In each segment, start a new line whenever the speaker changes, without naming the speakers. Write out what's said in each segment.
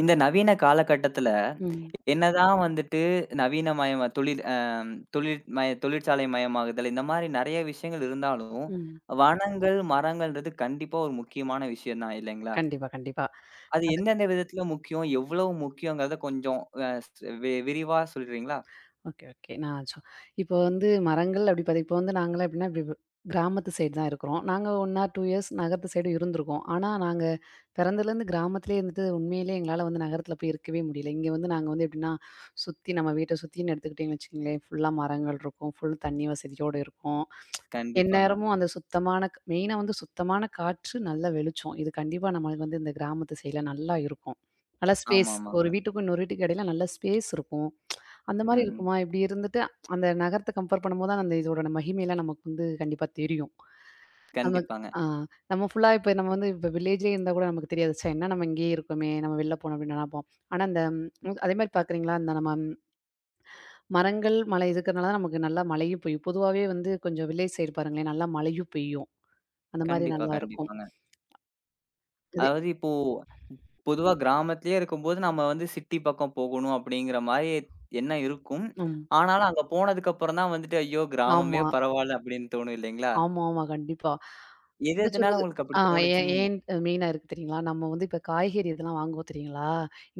இந்த நவீன காலகட்டத்துல,
ம்.
என்னதான் வந்துட்டு நவீனமயமா தொழில் அ தொழில் மய தொழிற்சாலை மயமாகுதல், இந்த மாரி நெறைய விஷயங்கள் இருந்தாலும்,
ம்.
வனங்கள், மரங்கள்ன்றது கண்டிப்பா ஒரு முக்கியமான விஷயம் தான் இல்லைங்களா?
கண்டிப்பா, கண்டிப்பா.
அது
அது.
எந்தெந்த விதத்துல முக்கியம்? எவ்வளவு முக்கியங்கிறத கொஞ்சம் அ வி விரிவா சொல்றீங்களா?
Okay, okay. நான் சொ இப்போ வந்து மரங்கள் அப்படி இப்போ வந்து நாங்கலாம் எப்படின்னா, இப்படி கிராமத்து சைடு தான் இருக்கிறோம். நாங்க 1 ஆர் 2 இயர்ஸ் நகரத்து சைடு இருந்திருக்கோம். ஆனா, நாங்க பிறந்ததுலேருந்து கிராமத்திலே இருந்துட்டு உண்மையிலேயே எங்களால வந்து நகரத்தில போய் இருக்கவே முடியல. இங்க வந்து நாங்க வந்து எப்படின்னா, சுத்தி நம்ம வீட்ட சுத்தின்னு எடுத்துக்கிட்டீங்கன்னு வச்சுக்கங்களேன், ஃபுல்லா மரங்கள் இருக்கும். ஃபுல் தண்ணி வசதியோட இருக்கும்.
கண்டிப்பாங்க.
எந்நேரமும் அந்த சுத்தமான மெயினா வந்து சுத்தமான காற்று, நல்ல வெளிச்சம். இது கண்டிப்பா நம்மளுக்கு வந்து இந்த கிராமத்து சைடுல நல்லா இருக்கும். நல்லா ஸ்பேஸ் ஒரு
ஆமாமாங்க.
வீட்டுக்கும் இன்னொரு வீட்டுக்கு இடையில நல்ல ஸ்பேஸ் இருக்கும். அந்த
ம்,
மாரி
ம்.
இருக்குமா? இப்படி இருந்துட்டு அந்த நகரத்த கம்பேர் பண்ணும்போது தான் அந்த இதோட மகிமைலாம் நமக்கு வந்து கண்டிப்பா தெரியும். நம்ம
கண்டிப்பாங்க.
ஆ நம்ம ஃபுல்லா இப்ப நம்ம வந்து இப்ப வில்லேஜ்லயே இருந்தா கூட நமக்கு தெரியாது. ச்சே! என்ன நம்ம இங்கேயே இருக்கோமே! நம்ம வெளில போனோம் அப்படின்னு நெனப்போம். ஆனா அந்த அதே மாரி பார்க்குறீங்களா? இந்த நம்ம மரங்கள், மலை இருக்கறனால தான் நமக்கு நல்லா மழையும் பெய்யும். பொதுவாவே வந்து கொஞ்சம் வில்லேஜ் சைடு பாருங்களேன், நல்லா மழையும் பெய்யும். அந்த மாரி
கண்டிப்பா,
நல்லாருக்கும்.
கண்டிப்பாங்க.
அது
அதாவது இப்போ பொதுவா கிராமத்திலேயே இருக்கும்போது, நம்ம வந்து சிட்டி பக்கம் போகணும் அப்படிங்கிற மாரி எண்ணம் இருக்கும்.
ம்.
ஆனாலும் அங்க போனதுக்கப்புறம் தான் வந்துட்டு, ஐயோ! கிராமமே
ஆமா.
பரவால்ல அப்படின்னு தோணும் இல்லைங்களா?
ஆமா, ஆமா. கண்டிப்பா.
எது
என்ன
எதுனால
சொல்றது?
உங்களுக்கு
ஆ
அப்படி
ஏன்
தோணுச்சுன்னு நீங்க?
ஏன் மெயினா இருக்கு தெரியுங்களா? நம்ம வந்து இப்ப காய்கறி இதெல்லாம் வாங்குவோம் தெரியுங்களா?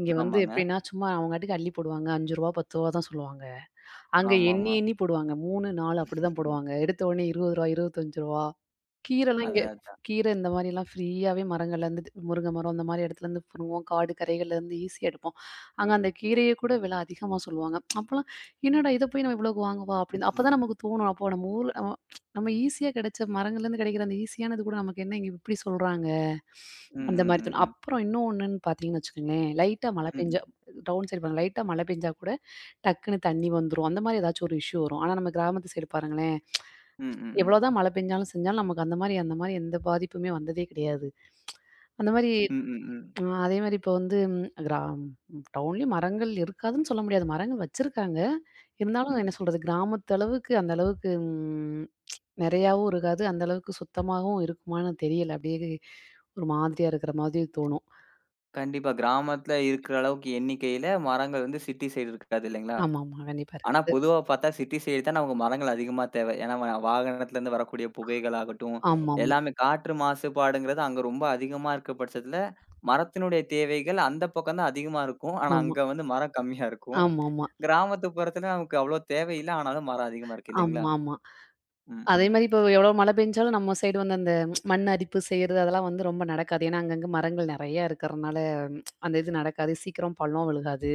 இங்க வந்து
ஆமாங்க.
எப்படின்னா, சும்மா அவங்காட்டுக்கு அள்ளி போடுவாங்க. ரூ. 5, ரூ. 10 தான் சொல்லுவாங்க. அங்க எண்ணி
ஆமாமா.
எண்ணி போடுவாங்க. 3, 4 அப்படிதான் போடுவாங்க. எடுத்த உடனே ரூ. 20, ரூ. 25 கீரைலாம் இங்க
அதான், அதான்.
கீரை இந்த மாரிலாம் ஃப்ரீயாவே மரங்கள்லேருந்து முருங்க மரம் அந்த மாரி இடத்துலருந்து புடுங்குவோம். காடு கரைகள்லேருந்து ஈஸியா எடுப்போம். அங்க அந்த கீரைய கூட விலை அதிகமா சொல்லுவாங்க. அப்பலாம் என்னடா இத போய் நம்ம இவ்வளோக்கு வாங்கவா? அப்படின்னு அப்பதான் நமக்கு தோணும். அப்போ நம்ம ஊர்ல நம்ம நம்ம ஈஸியா கிடைச்ச மரங்கள்லேருந்து கிடைக்கிற அந்த ஈஸியானது கூட நமக்கு என்ன இங்க இப்படி சொல்றாங்க?
ம்,
அந்த
ம்,
மாரி தோணும்.
ம், ம்.
அப்புறம் இன்னொன்னுன்னு பார்த்தீங்கன்னு வச்சுக்கோங்களேன், லைட்டா மழை
ம்,
பெஞ்சா
ம்.
டவுன் சைடு பாருங்க லைட்டா மழை பெஞ்சா கூட டக்குன்னு தண்ணி வந்துரும். அந்த மாரி ஏதாச்சும் ஒரு இஷ்யூ வரும். ஆனா நம்ம கிராமத்து சைடு பாருங்களேன்
ம், ம், ம்.
எவ்வளோதான் மழை பெஞ்சாலும் செஞ்சாலும் நமக்கு அந்த மாரி எந்த பாதிப்புமே வந்ததே கிடையாது. அந்த மாரி
ம், ம், ம்.
அதே மாரி இப்போ வந்து டவுன்லயும் மரங்கள் இருக்காதுன்னு சொல்ல முடியாது. மரங்கள் வச்சிருக்காங்க. இருந்தாலும் என்ன
ம்.
சொல்றது, கிராமத்து அளவுக்கு அந்த அளவுக்கு நெறையாவும் இருக்காது. அந்த அளவுக்கு சுத்தமாவும் இருக்குமான்னு தெரியல. அப்படியே ஒரு மாதிரியா இருக்கிற மாதிரி தோணும்.
கண்டிப்பா. கிராமத்தில இருக்கிற அளவுக்கு எண்ணிக்கையில மரங்கள் வந்து சிட்டி சைடு இருக்காது இல்லைங்களா?
ஆமாமா. கண்டிப்பா
ஆனா,
இருக்குது.
பொதுவா பார்த்தா சிட்டி சைடு தான் நமக்கு மரங்கள் அதிகமா தேவை. ஏன்னா, வாகனத்துலருந்து வரக்கூடிய புகைகள் ஆகட்டும்,
ஆமாமா.
எல்லாமே காற்று மாசுபாடுங்கிறது அங்க ரொம்ப அதிகமா இருக்க பட்சத்துல, மரத்தினுடைய தேவைகள் அந்த பக்கம் தான் அதிகமா இருக்கும். ஆனா,
ஆமா.
அங்க வந்து மரம் கம்மியா இருக்கும்.
ஆமாமா.
கிராமத்துப்புறத்துல நமக்கு அவ்வளோ தேவையில்ல. ஆனாலும் மரம் அதிகமா இருக்கு இல்லைங்களா?
ஆமாமா.
ம்,
அதே
ம்.
மாரி இப்போ எவ்வளோ மழை பெஞ்சாலும் நம்ம சைடு வந்து அந்த மண் அரிப்பு செய்றது அதெல்லாம் வந்து ரொம்ப நடக்காது. ஏன்னா, அங்கங்க மரங்கள் நெறையா இருக்கிறனால அந்த இது நடக்காது. சீக்கிரம் பள்ளம் விழுகாது.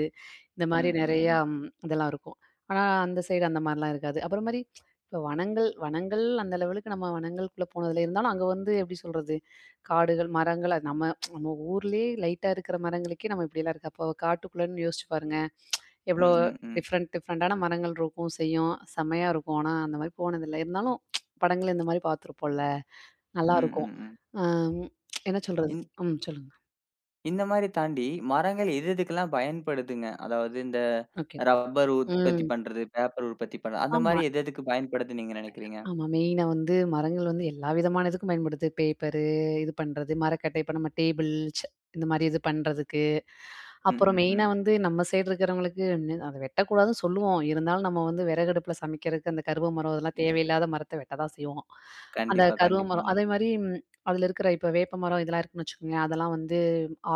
இந்த
ம்,
மாரி
ம்,
நெறையா
ம்.
இதெல்லாம் இருக்கும். ஆனா, அந்த சைடு அந்த மாரிலாம் இருக்காது. அப்புறம் மாரி இப்போ வனங்கள் வனங்கள் அந்த லெவலுக்கு நம்ம வனங்களுக்குள்ள போனதில்ல. இருந்தாலும் அங்க வந்து எப்படி சொல்றது? காடுகள், மரங்கள் அது நம்ம நம்ம ஊர்லயே லைட்டா இருக்கிற மரங்களுக்கே நம்ம இப்படிலாம் இருக்கு. அப்போ காட்டுக்குள்ளன்னு யோசிச்சு பாருங்க. எவ்வளோ
ம்,
ம்ஹ்ம்.
ம், ம்.
டிஃப்ரெண்ட் டிஃப்ரெண்டான மரங்கள் இருக்கும், செய்யும். செம்மையா இருக்கும். ஆனா, அந்த மாரி போனதில்ல. இருந்தாலும் படங்கள்ல இந்த மாரி பார்த்துருப்போம்ல. ம்ஹ்ம்.
ம்,
நல்லாருக்கும்.
ம், ம்.
அம் என்ன சொல்றது?
இந்
ம். சொல்லுங்க.
இந்த மாரி தாண்டி மரங்கள் எது எதுக்கெல்லாம் பயன்படுதுங்க? அதாவது இந்த
ஓகே.
ரப்பர் உற்பத்தி
ம்.
பண்றது, பேப்பர் உற்பத்தி பண்றது, அந்த
ஆமா.
மாரி எது எதுக்கு பயன்படுதுன்னு நீங்க நினைக்கிறீங்க?
ஆமா. மெயினா வந்து மரங்கள் வந்து எல்லா விதமான இதுக்கும் பயன்படுது. பேப்பரு இது பண்றது, மரக்கட்டை இப்ப நம்ம டேபிள், ச இந்த மாரி இது பண்றதுக்கு.
ம்,
அப்புறம்
ம்,
மெயினா
ம்.
வந்து நம்ம சைடு இருக்கிறவங்களுக்கு அத வெட்டக்கூடாதுன்னு சொல்லுவோம். இருந்தாலும் நம்ம வந்து விறகடுப்புல சமைக்கிறதுக்கு அந்த கருவ மரம் அதெல்லாம் தேவையில்லாத மரத்த வெட்ட தான் செய்வோம். அந்த
கண்டிப்பா,
கருவ மரம்
கண்டிப்பாங்க.
அதே மாரி அதில இருக்கிற இப்ப வேப்ப மரம் இதெல்லாம் இருக்குன்னு வச்சுக்கோங்களேன். அதெல்லாம் வந்து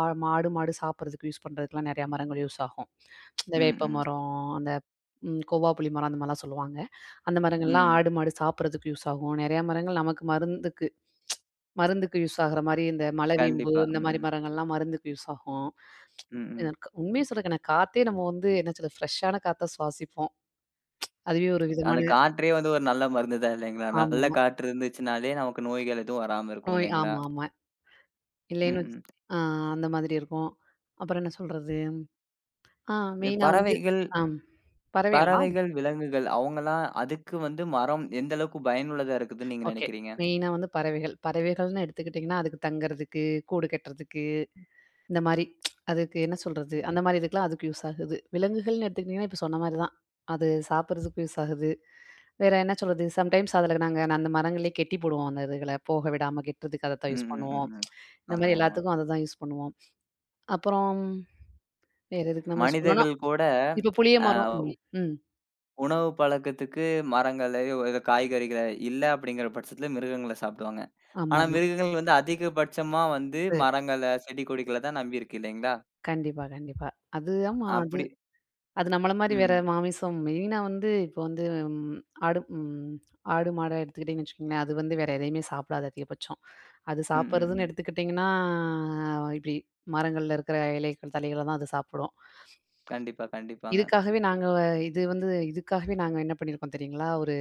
மாடு மாடு சாப்பிடுறதுக்கு யூஸ் பண்றதுக்குலாம் நெறையா மரங்கள் யூஸ் ஆகும். இந்த
ம்,
வேப்ப
ம்,
மரம், அந்த கோவா புளி மரம் அந்த மாரிலாம் சொல்லுவாங்க. அந்த ம். மரங்கள்லாம்
ம்.
ஆடு, மாடு சாப்பிடுறதுக்கு யூஸ் ஆகும். நெறையா மரங்கள் நமக்கு மருந்துக்கு மருந்துக்கு யூஸ் ஆகுற மாரி இந்த மலவேம்பு
கண்டிப்பா.
இந்த
ம்,
மாரி
ம்,
மரங்கள்லாம் மருந்துக்கு யூஸ் ஆகும்.
ம், ம்.
எனக்கு உண்மைய சொல்றேங்க நான் காத்தே நம்ம வந்து என்ன சொல்றது ஃப்ரெஷ்ஷான காத்த சுவாசிப்போம். அதுவே ஒரு விதமான
அந்த காற்றே வந்து ஒரு நல்ல மருந்து தான் இல்லைங்களா? நல்ல
ஆமாமா.
காற்று இருந்துச்சுனாலே நமக்கு நோய்கள் எதுவும் வராம இருக்கும்
நோய்
இல்லைங்களா?
ஆமா, ஆமா.
ம்,
இல்லைன்னு வச்
ம்.
ஆ அந்த மாதிரி இருக்கும். அப்புறம் என்ன சொல்றது? ஆ
இது
மெயினா வந்து
பறவைகள்
ஆம் பறவைகளா?
பறவைகள், விலங்குகள் அவங்கலாம் அதுக்கு வந்து மரம் எந்த அளவுக்கு பயனுள்ளதா இருக்குதுன்னு நீங்க
ஓகே.
நினைக்கிறீங்க?
மெயினா வந்து பறவைகள். பறவைகள்னு எடுத்துக்கிட்டீங்கன்னா, அதுக்கு தங்கறதுக்கு, கூடு கட்டுறதுக்கு, இந்த மாரி அதுக்கு என்ன சொல்றது? அந்த மாரி இதுக்கெல்லாம் அதுக்கு யூஸ் ஆகுது. விலங்குகள்னு எடுத்துக்கிட்டீங்கன்னா, இப்ப சொன்ன மாரி தான். அது சாப்பிடுறதுக்கு யூஸ் ஆகுது. வேற என்ன சொல்றது? சம்டைம்ஸ் அதில நாங்க அந்த மரங்களே கெட்டி போடுவோம். அந்த இதுகள போக விடாம கெட்டுறதுக்கு அதத்தான்
ம்,
யூஸ்
ம், ம்,
பண்ணுவோம்.
ம்.
இந்த மாரி
ஆமாமா.
எல்லாத்துக்கும் அததான் யூஸ் பண்ணுவோம். அப்புறம் வேற எதுக்கு நம்ம யூஸ் பண்ணோம்னா,
மனிதர்கள் கூட
இப்ப புளிய
அ
மரம் ம், ம்.
உணவு பழக்கத்துக்கு மரங்களயோ, இல்ல காய்கறிகள இல்ல அப்படிங்கிற பட்சத்தில மிருகங்கள சாப்பிடுவாங்க. ஆனா
ஆமாமா.
மிருகங்கள் வந்து அதிகபட்சமா வந்து
அது
மரங்கள, செடி கொடிகள தான் நம்பி இருக்கு இல்லைங்களா?
கண்டிப்பா, கண்டிப்பா. அது ஆமா. அது
அப்படி
அது நம்மள மாரி வேற
ம்.
மாமிசம் மெயினா வந்து இப்போ வந்து ஆடு ஆடு, மாடா எடுத்துக்கிட்டீங்கன்னு வச்சுக்கோங்களேன், அது வந்து வேற எதையுமே சாப்பிடாது அதிகபட்சம். அது ஓகே.
ம். ம்.
சாப்பிடுறதுன்னு
ம்.
எடுத்துக்கிட்டீங்கன்னா, இப்டி மரங்கள்ல இருக்கிற இலைகள், தழைகள தான் அது சாப்பிடும்.
கண்டிப்பா, கண்டிப்பாங்க.
இதுக்காகவே இது வந்து இதுக்காகவே நாங்க என்ன பண்ணியிருக்கோம் தெரியுங்களா? ஒரு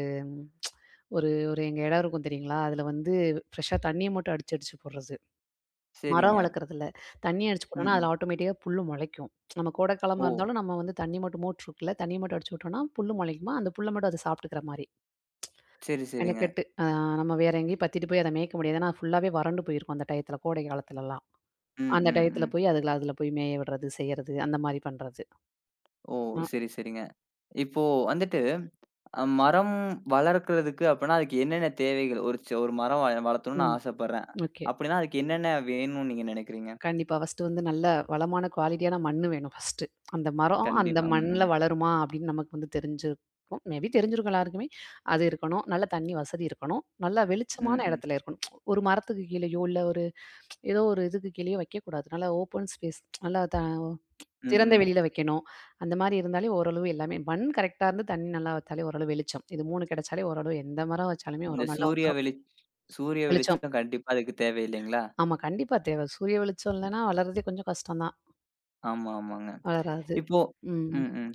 ஒரு ஒரு எங்க இடம் இருக்கும் தெரியுங்களா? அதுல வந்து ஃப்ரெஷ்ஷா தண்ணிய மட்டும் அடிச்சு அடிச்சு போடுறது. மரம்
சரிங்க.
வளர்க்குறதில்ல. தண்ணி அடிச்சு
ம்.
போட்டோம்னா,
ம்.
அதுல ஆட்டோமேட்டிக்கா புல்லு மொளைக்கும். நம்ம கோடைக்காலமா
ஓ!
இருந்தாலும் நம்ம வந்து தண்ணி மட்டும் மோட்டர் இருக்குல்ல, தண்ணி மட்டும் அடிச்சு விட்டோம்னா, புல்லு மொளைக்குமா, அந்த புல்ல மட்டும் அது சாப்பிட்டுக்கிற மாரி.
சரி, சரிங்க.
மெனக்கெட்டு அ நம்ம வேற எங்கேயும் பத்திட்டு போய் அத மேய்க்க முடியாது. ஏன்னா, ஃபுல்லாவே வறண்டு போயிருக்கும் அந்த டயத்துல, கோடை காலத்துலலாம்.
ம்.
அந்த
ம்.
டயத்துல
ம்.
போய் அதுகள அதுல அதில் போய் மேய விடுறது, செய்யறது, அந்த மாரி பண்றது.
ஓ!
அ
சரி, சரிங்க. இப்போ வந்துட்டு அ மரம் வளர்க்கிறதுக்கு அப்பன்னா, அதுக்கு என்னென்ன தேவைகள்? ஒரு மரம் வளர்த்தணும்னு நான்
ம்.
ஆசைப்படுறேன்.
ஓகே.
அப்படின்னா, அதுக்கு என்னென்ன வேணும்னு நீங்க நினைக்கிறீங்க?
கண்டிப்பா. ஃபர்ஸ்ட்டு வந்து நல்ல வளமான குவாலிட்டியான மண்ணு வேணும் ஃபர்ஸ்ட்டு. அந்த மரம் அந்த
கண்டிப்பா. ம்.
மண்ல
ம்.
வளருமா அப்படின்னு நமக்கு வந்து தெரிஞ்சிருக்கும். மே பி தெரிஞ்சிருக்கும் எல்லாருக்குமே. அது இருக்கணும். நல்ல தண்ணி வசதி இருக்கணும். நல்லா வெளிச்சமான
ம். ம்.
இடத்துல இருக்கணும். ஒரு மரத்துக்கு கீழயோ, இல்ல ஒரு ஏதோ ஒரு இதுக்கு கீழயோ வைக்கக்கூடாது. நல்லா ஓப்பன் ஸ்பேஸ் நல்லா
ம்.
திறந்த வெளியில
ம்.
வைக்கணும். அந்த மாரி இருந்தாலே ஓரளவு எல்லாமே மண் கரெக்ட்டா இருந்து தண்ணி நல்லா வச்சாலே ஓரளவு வெளிச்சம். இது 3 கிடைச்சாலே ஓரளவு எந்த மரம் வச்சாலுமே ஆமா.
இந்த
ஓரளவு நல்லா
சூரிய
வந்துரும்.
வெளிச் சூரிய
வெளிச்சம்.
வெளிச்சம் கண்டிப்பா அதுக்கு தேவை இல்லைங்களா?
ஆமா கண்டிப்பா தேவை. சூரிய வெளிச்சம் இல்லன்னா வளர்றதே கொஞ்சம் கஷ்டம் தான்.
ஆமா, ஆமாங்க.
வளராது.
இப்போ
ம்.
ம், ம்.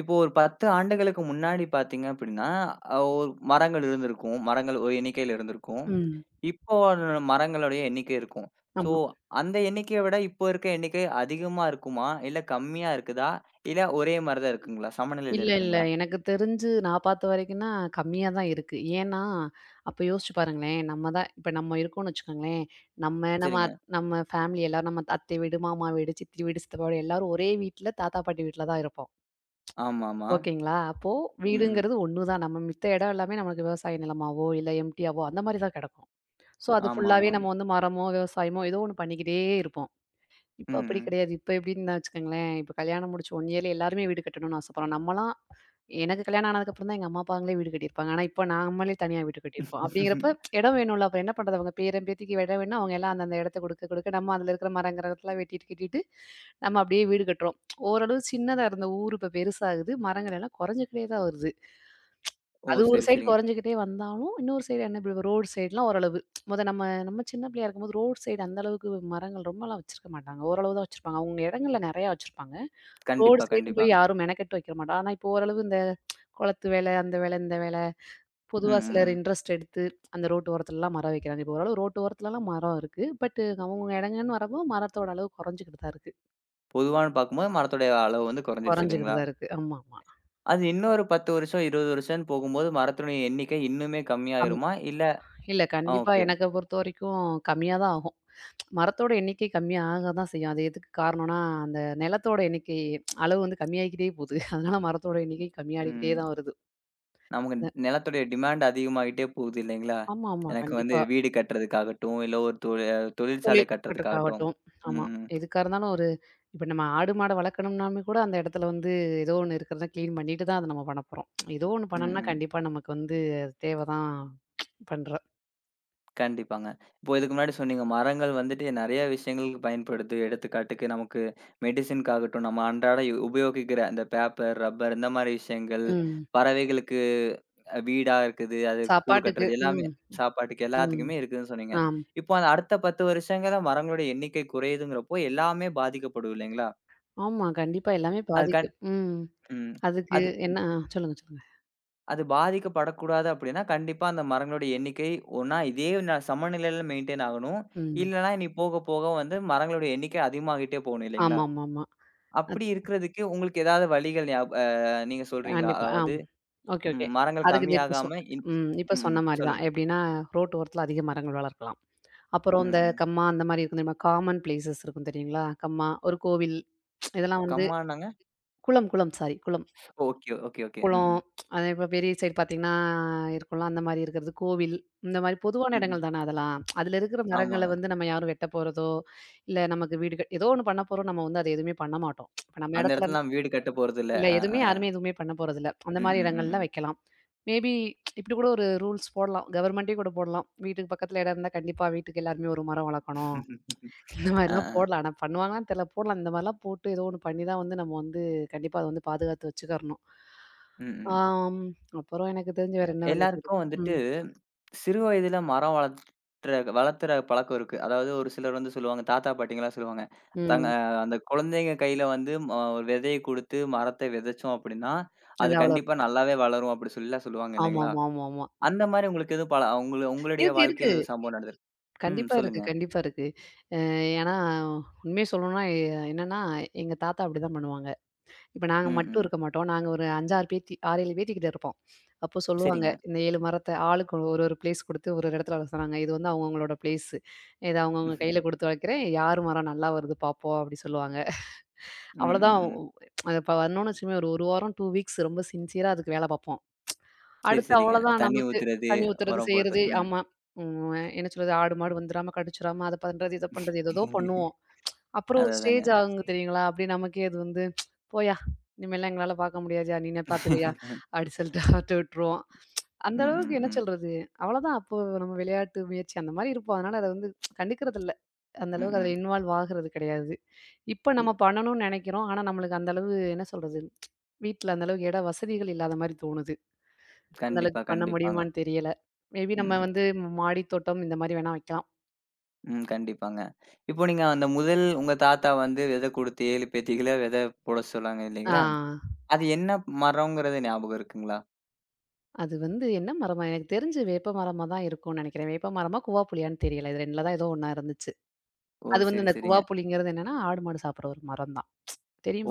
இப்போ ஒரு 10 ஆண்டுகளுக்கு முன்னாடி பார்த்தீங்க அப்படின்னா, அ ஒரு மரங்கள் இருந்திருக்கும். மரங்கள் ஒரு எண்ணிக்கையில இருந்திருக்கும்.
ம்.
இப்போ அதோட மரங்களுடைய எண்ணிக்கை இருக்கும். ஸோ,
ஆமா.
அந்த எண்ணிக்கைய விட இப்போ இருக்க எண்ணிக்கை அதிகமா இருக்குமா? இல்ல கம்மியா இருக்குதா? இல்ல ஒரே மாரி தான் இருக்குங்களா? சமநிலையில
இல்ல, இல்ல.
இருக்குங்களா?
எனக்கு தெரிஞ்சு நான் பார்த்த வரைக்கும்னா கம்மியா தான் இருக்கு. ஏன்னா, அப்ப யோசிச்சு பாருங்களேன். நம்ம தான் இப்ப நம்ம இருக்கோம்னு வச்சுக்கோங்களேன். நம்ம நம்ம
சரிங்க.
அத் நம்ம ஃபேமிலி எல்லாரும் நம்ம அத்தை வீடு, மாமா வீடு, சித்தி வீடு, சித்தப்பா வீடு எல்லாரும் ஒரே வீட்ல தாத்தா, பாட்டி வீட்ல தான் இருப்போம்.
ஆமாமா.
ஓகேங்களா? அப்போ
ம், ம்.
வீடுங்கிறது ஒண்ணு தான். நம்ம மித்த இடம் எல்லாமே நமக்கு விவசாய நிலமாவோ, இல்ல எம்ப்டியாவோ அந்த மாரி தான் கிடக்கும். ஸோ, அது ஃபுல்லாவே
ஆமாமாங்க.
நம்ம வந்து மரமோ, விவசாயமோ ஏதோ ஒண்ணு பண்ணிக்கிட்டே இருப்போம்.
ம்,
இப்ப அப்படி
ம்.
கிடையாது. இப்ப எப்படின்னா வச்சுக்கோங்களேன், இப்ப கல்யாணம் முடிச்சு 1 இயர்ல எல்லாருமே வீடு கட்டணும்னு ஆசைப்படுறோம். நம்மலாம் எனக்கு கல்யாணம் ஆனதுக்கப்புறம் தான் எங்க அம்மா, அப்பாங்களே வீடு கட்டியிருப்பாங்க. ஆனா இப்ப நாமளே தனியா வீடு கட்டியிருக்கோம். அப்படிங்கிறப்ப இடம் வேணும்ல. அப்புறம் என்ன பண்றது? அவங்க பேரன், பேத்திக்கு இடம் வேணும்னா, அவங்க எல்லாம் அந்தந்த இடத்த கொடுக்க, கொடுக்க நம்ம அதுல இருக்கிற மரம், கிரகத்தலாம் வெட்டிட்டு, கிட்டிட்டு நம்ம அப்படியே வீடு கட்டுறோம். ஓரளவு சின்னதா இருந்த ஊர் இப்ப பெருசாகுது. மரங்கள் எல்லாம் குறைஞ்சுக்கிட்டே தான் வருது.
ஓ!
அது ஒரு
சரி,
சைடு
சரிங்க.
குறைஞ்சுகிட்டே வந்தாலும், இன்னொரு சைடு என்ன இப்ப ரோடு சைடுலாம் ஓரளவு. மொத நம்ம நம்ம சின்ன பிள்ளையா இருக்கும்போது ரோடு சைடு அந்த அளவுக்கு மரங்கள் ரொம்பலாம் வச்சிருக்க மாட்டாங்க. ஓரளவு தான் வச்சிருப்பாங்க. அவங்க இடங்கள்ல நெறையா வச்சிருப்பாங்க. ரோடு
கண்டிப்பா,
சைடும் போய்
கண்டிப்பாங்க.
யாரும் மெனக்கெட்டு வைக்க மாட்டோம். ஆனா, இப்போ ஓரளவு இந்த குளத்து வேலை, அந்த வேலை, இந்த வேலை,
ம்,
பொதுவா
ம்,
சிலர்
ம்.
இன்ட்ரெஸ்ட் எடுத்து அந்த ரோட்டு ஓரத்துலலாம் மரம் வைக்கிறாங்க. இப்போ ஓரளவு ரோட்டு ஓரத்துலலாம் மரம் இருக்கு. பட் அவங்கவங்க இடங்கன்னு வரப்போ மரத்தோட அளவு குறைஞ்சுகிட்டு தான் இருக்கு.
பொதுவான்னு பார்க்கும்போது மரத்துடைய அளவு வந்து குறைஞ்சிருச்சு
குறைஞ்சுகிட்டு
இல்லைங்களா?
தான் இருக்கு. ஆமாமா.
அது இன்னொரு 10 வருஷம், 20 வருஷம்ன்னு போகும்போது, மரத்தினுடைய எண்ணிக்கை இன்னுமே
கம்
கம்மியாயிருமா? இல்ல
இல்ல
ஆ
கண்டிப்பா,
ஓகே.
எனக்கு பொறுத்தவரைக்கும் கம்மியா தான் ஆகும். மரத்தோட எண்ணிக்கை கம்மியா ஆக தான் செய்யும். அது எதுக்கு காரணம்னா, அந்த நிலத்தோட எண்ணிக்கை அளவு வந்து கம்மியாகிக்கிட்டே போது. அதனால மரத்தோட எண்ணிக்கை கம்மியாகிக்கிட்டே
ம்.
தான் வருது.
நமக்கு
அ
நிலத்துடைய டிமாண்ட் அதிகமாகிட்டே போகுது இல்லைங்களா?
ஆமா, ஆமா.
எனக்கு வந்து
கண்டிப்பா.
வீடு கட்டுறதுக்காகட்டும், இல்ல ஒரு தொ தொழிற்சாலை
தொழில்
கட்டுறதுக்காகட்டும்.
ஆகட்டும். ஆமா.
ம், ம்.
எதுக்கா இருந்தாலும் ஒரு இப்ப நம்ம ஆடு, மாட வளர்க்கணும்னாலுமே கூட அந்த இடத்துல வந்து ஏதோ ஒண்ணு இருக்கிறத கிளீன் பண்ணிட்டு தான் அத நம்ம பண்ண போறோம். ஏதோ ஒண்ணு
ம்,
பண்ணணும்னா
ம்.
கண்டிப்பா நமக்கு வந்து அது தேவை தான் பண்ற.
கண்டிப்பாங்க. இப்போ இதுக்கு முன்னாடி சொன்னீங்க, மரங்கள் வந்துட்டு நெறைய விஷயங்களுக்கு பயன்படுது. எடுத்துக்காட்டுக்கு நமக்கு மெடிசின்க்காகட்டும், நம்ம அன்றாட உபயோகிக்கிற அந்த பேப்பர், ரப்பர் இந்த மாரி விஷயங்கள்,
ம்.
பறவைகளுக்கு அ வீடா இருக்குது, அது கூடு
சாப்பாட்டுக்கு.
கட்டுறது எல்லாமே,
ம்,
சாப்பாட்டுக்கு
ம்.
எல்லாத்துக்குமே இருக்குதுன்னு சொன்னீங்க.
ஆம்.
இப்போ அந்த அடுத்த 10 வருஷங்களா மரங்களோட எண்ணிக்கை குறையுதுங்கிறப்போ எல்லாமே பாதிக்கப்படும் இல்லைங்களா?
ஆமா. கண்டிப்பா எல்லாமே
அது கண்
பாதிக்கும். ம்.
ம்.
அதுக்கு
அது
என்ன சொல்லுங்க, சொல்லுங்க.
அது பாதிக்கப்படக்கூடாது அப்படின்னா, கண்டிப்பா அந்த மரங்களுடைய எண்ணிக்கை ஒண்ணா இதே ந சமநிலையில மெயின்டெயின் ஆகணும்.
ம்.
இல்லன்னா இனி போக, போக வந்து மரங்களுடைய எண்ணிக்கை அதிகமாகிட்டே போகணும் இல்லைங்களா?
ஆமாமாமா. அது
அப்படி இருக்கிறதுக்கு உங்களுக்கு ஏதாவது வழிகள் ஞாப அ நீங்க சொல்றீங்களா?
கண்டிப்பா. ஆம்.
அதாவது
ஓகே, ஓகே.
ம் மரங்கள்
அதுக்கு நீ இப்ப சொ
கம்மியாகாம
ம். இப்ப
ம்,
சொன்ன
ம்.
மாரி தான்.
சொல்லுங்க.
எப்படின்னா, ரோட்டு ஓரத்துல அதிக மரங்கள் வளர்க்கலாம். அப்புறம்
ம்,
இந்த
ம்.
கம்மா அந்த மாரி இருக்கும் தெரியுமா? காமன் பிளேஸஸ் இருக்கும் தெரியுங்களா? கம்மா, ஒரு கோவில் இதெல்லாம் வந்து
கம்மானாங்க?
குளம், சாரி குளம்.
Okay, okay, okay. ம்,
குளம்
ம்.
அது இப்ப பெரிய சைடு பார்த்தீங்கன்னா, இருக்கும்ல. அந்த மாரி இருக்கிறது. கோவில், இந்த மாரி பொதுவான
ம்,
இடங்கள்
ம்.
தானே அதெல்லாம். அதுல இருக்கிற மரங்கள
ஆமாங்க.
வந்து நம்ம யாரும் வெட்டப் போறதோ, இல்ல நமக்கு வீடு கட் ஏதோ ஒண்ணு பண்ண போறோம். நம்ம வந்து அத எதுவுமே பண்ண மாட்டோம். இப்ப நம்ம
அந்த
இடத்துல
இடத்துல நம்ம வீடு கட்டப் போறதில்ல.
இல்ல.
அ,
எதுவுமே
அ.
யாருமே எதுவுமே பண்ண போறதில்ல. அந்த
ம்,
மாரி
ம், ம்,
இடங்கள்ல
ம்.
வைக்கலாம். மேபி இப்படி கூட ஒரு ரூல்ஸ் போடலாம். கவர்மெண்ட்டே கூட போடலாம். வீட்டுக்கு பக்கத்துல இடம் இருந்தா கண்டிப்பா வீட்டுக்கு எல்லாருமே ஒரு மரம் வளர்க்கணும். இந்த
அ,
மாரிலாம்
அ.
போடலாம். ஆனா பண்ணுவாங்களான்னு தெரியல. போடலாம். இந்த மாரிலாம் போட்டு ஏதோ ஒண்ணு பண்ணி தான் வந்து நம்ம வந்து கண்டிப்பா அத வந்து பாதுகாத்து வச்சுக்கறணும்.
ம், ம்.
ஆம். அப்புறம் எனக்கு தெரிஞ்சு வேற என்ன வழிகள்
எல்லாருக்கும்
இருக்கு?
வந்துட்டு
ம்.
சிறு வயதில மரம் வளர்த்துற பழக்கம் இருக்கு. அதாவது ஒரு சிலர் வந்து சொல்லுவாங்க, தாத்தா பாட்டிங்கலாம் சொல்லுவாங்க. தாங்க
ம்.
அந்த குழந்தைங்க கையில வந்து ஒரு விதைய குடுத்து மரத்த விதைச்சோம் அப்படின்னா, அது
நல்லா வளரும்.
கண்டிப்பா நல்லாவே வளரும் அப்படி சொல்லிலாம் சொல்லுவாங்க இல்லைங்களா?
ஆமாமா, ஆமாமா.
அந்த மாரி உங்களுக்கு எதுவும் பல உங்களுடைய
இருக்கு, இருக்கு.
வாழ்க்கையில எதுவும் சம்பவம் நடந்திருக்கு? ம்.
கண்டிப்பா இருக்கு,
சொல்லுங்க.
கண்டிப்பா இருக்கு. அ ஏன்னா உண்மைய சொல்லணும்னா என்னன்னா, எங்க தாத்தா அப்படிதான் பண்ணுவாங்க. இப்ப நாங்க
ம்,
மட்டும்
ம்.
இருக்க மாட்டோம். நாங்க ஒரு 5, 6 பேத்தி 6, 7 பேத்திக்கிட்ட இருப்போம். அப்போ சொல்லுவாங்க,
சரிங்க.
இந்த 7 மரத்த ஆளுக்கு ஒரு ஒரு பிளேஸ் குடுத்து ஒரு ஒரு இடத்துல வளர சொன்னாங்க. இது வந்து அவங்கவங்களோட பிளேஸு. இத அவங்கவங்க கையில குடுத்து வளர்க்கிறேன். யார் மரம் நல்லா வருது பார்ப்போம் அப்படி சொல்லுவாங்க.
ம், ம்,
அவ்வளோதான்
ம்.
அது இப்ப வரணும்னு வச்சுக்கோங்களேன் ஒரு 1 வாரம் 2 வீக்ஸ் ரொம்ப சின்சியரா அதுக்கு வேல பார்ப்போம்.
சரி,
அடுத்து
சரிங்க.
அவ்வளோதான்
தண்ணி
நமக்கு
ஊத்துறது,
தண்ணி ஊத்துறது,
உரம்
செய்றது
போடுறது. ம்.
ஆமா. ம் என்ன சொல்றது ஆடு, மாடு வந்துராம, கடிச்சிராம அத பண்றது, இத பண்றது ஏதேதோ பண்ணுவோம். அப்புறம் ஒரு
அதான், அதாங்க.
ஸ்டேஜ் ஆகுங்க தெரியுங்களா? அப்படியே நமக்கே அது வந்து, "போயா, இனிமேல்லாம் எங்களால பார்க்க முடியாதுயா, நீனே பார்த்துக்கயா" அப்படி சொல்லிட்டு அவட்ட விட்டுருவோம். அந்த
ம்,
அளவுக்கு
ம்,
என்ன
ம்.
சொல்றது? அவ்வளோதான் அப்போ நம்ம விளையாட்டு முயற்சி அந்த மாரி இருப்போம். அதனால அத வந்து கண்டுக்கிறதில்ல. அந்த
ம்,
அளவுக்கு அதுல
ம்.
இன்வால்வ் ஆகுறது கிடையாது. இப்ப நம்ம பண்ணணும்னு நெனைக்கிறோம். ஆனா, நம்மளுக்கு அந்த அளவு என்ன சொல்றது? வீட்ல அந்த அளவுக்கு இட வசதிகள் இல்லாத மாரி தோணுது. அந்த
கண்டிப்பா,
அளவுக்கு பண்ண
கண்டிப்பாங்க.
முடியுமான்னு தெரியல. மேபி நம்ம
ம்,
வந்து மாடி தோட்டம் இந்த மாரி வேணா வைக்கலாம்.
ம். கண்டிப்பாங்க. இப்போ நீங்க அந்த முதல் உங்க தாத்தா வந்து விதை குடுத்து 7 பேத்திகள விதை போட சொன்னாங்க
ஆ.
இல்லைங்களா? அது என்ன மரம்ங்கிறது ஞாபகம் இருக்குங்களா?
அது வந்து என்ன மரமா? எனக்கு தெரிஞ்சு வேப்ப மரமா தான் இருக்கும்னு நெனைக்கிறேன். வேப்ப மரமா, குவாப்புளியான்னு தெரியல. இது 2ல தான் ஏதோ ஒண்ணா இருந்துச்சு.
ஓ!
அது வந்து
சரி,
இந்த
சரிங்க.
குவாப்புளிங்கிறது என்னன்னா, ஆடு, மாடு சாப்பிடுற ஒரு மரம் தான்.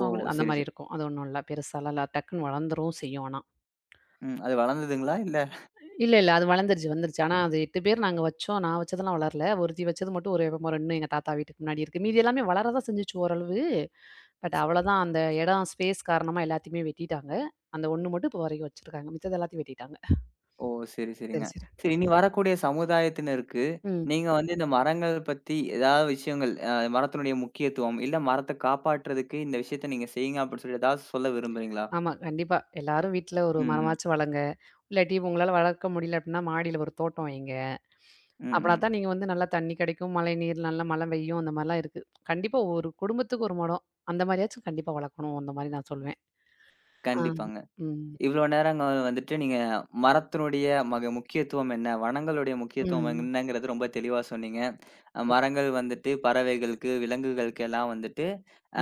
ஓ!
உங்களுக்கு? அந்த
சரி,
மாரி
சரி.
இருக்கும். அது ஒண்ணும் இல்ல. பெருசாலாம் இல்ல. டக்குன்னு வளர்ந்துரும் செய்யும் ஆனா.
ம். அது வளர்ந்ததுங்களா? இல்ல?
இல்ல, இல்ல. அது வளர்ந்துருச்சு, வந்துருச்சு. ஆனா அது 8 பேர் நாங்க வச்சோம். நான் வச்சதெல்லாம் வளரல. ஒருத்தி வச்சது மட்டும் ஒரு வேப்ப மரம் இன்னும் எங்க தாத்தா வீட்டுக்கு முன்னாடி இருக்கு. மீதி எல்லாமே வளர தான் செஞ்சுச்சு ஓரளவு. பட் அவ்வளதான் அந்த இடம், ஸ்பேஸ் காரணமா எல்லாத்தையுமே வெட்டிட்டாங்க. அந்த ஒண்ணு மட்டும் இப்போ வரைக்கும் வச்சிருக்காங்க. மித்தது எல்லாத்தையும் வெட்டிட்டாங்க.
ஓ! சரி,
சரி,
சரிங்க.
சரி.
சரி, இனி வரக்கூடிய சமுதாயத்தினருக்கு
ம்.
நீங்க வந்து இந்த மரங்கள் பத்தி ஏதாவது விஷயங்கள் அ மரத்தினுடைய முக்கியத்துவம், இல்ல மரத்த காப்பாற்றுறதுக்கு இந்த விஷயத்த நீங்க செய்யுங்க அப்படின்னு சொல்லி ஏதாவது சொல்ல விரும்புறீங்களா?
ஆமா. கண்டிப்பா. எல்லாரும் வீட்ல ஒரு
ம், ம்.
மரமாச்சும் வளங்க. இல்லாட்டி உங்களால வளர்க்க முடியல அப்டின்னா, மாடியில ஒரு தோட்டம் வைங்க.
ம்,
அப்பனா
ம்.
தான் நீங்க வந்து நல்லா தண்ணி கிடைக்கும், மழை நீர், நல்லா மழை பெய்யும். அந்த மாரிலாம் இருக்கு. கண்டிப்பா ஒரு குடும்பத்துக்கு ஒரு மரம். அந்த மாரியாச்சும் கண்டிப்பா வளர்க்கணும். அந்த மாரி நான் சொல்லுவேன். ஆ.
கண்டிப்பாங்க.
ம்.
இவ்வளோ நேரங்க வந்துட்டு நீங்க மரத்தினுடைய முக்கியத்துவம் என்ன? வனங்களுடைய முக்கியத்துவம்
ம்.
என்னங்கிறது ரொம்ப தெளிவா சொன்னீங்க. அ மரங்கள் வந்துட்டு பறவைகளுக்கு, விலங்குகளுக்கு எல்லாம் வந்துட்டு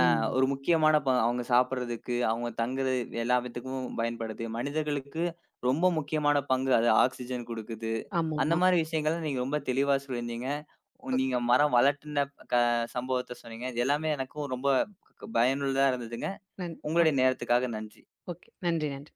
அ ஒரு முக்கியமான அவங்க சாப்பிடுறதுக்கு, அவங்க தங்குறது எல்லாத்துக்கும் பயன்படுது. மனிதர்களுக்கு ரொம்ப முக்கியமான பங்கு அது ஆக்ஸிஜன் குடுக்குது. அந்த
ஆமாமா.
மாரி விஷயங்கள நீங்க ரொம்ப தெளிவா சொல்லியிருந்தீங்க. நீங்க
ஓகே.
மரம் வளர்த்தின க சம்பவத்த சொன்னீங்க. இது எல்லாமே எனக்கும் ரொம்ப பயனுள்ளதா இருந்ததுங்க.
நன் ஓக்
உங்களுடைய நேரத்துக்காக நன்றி.
ஓகே. நன்றி, நன்றி.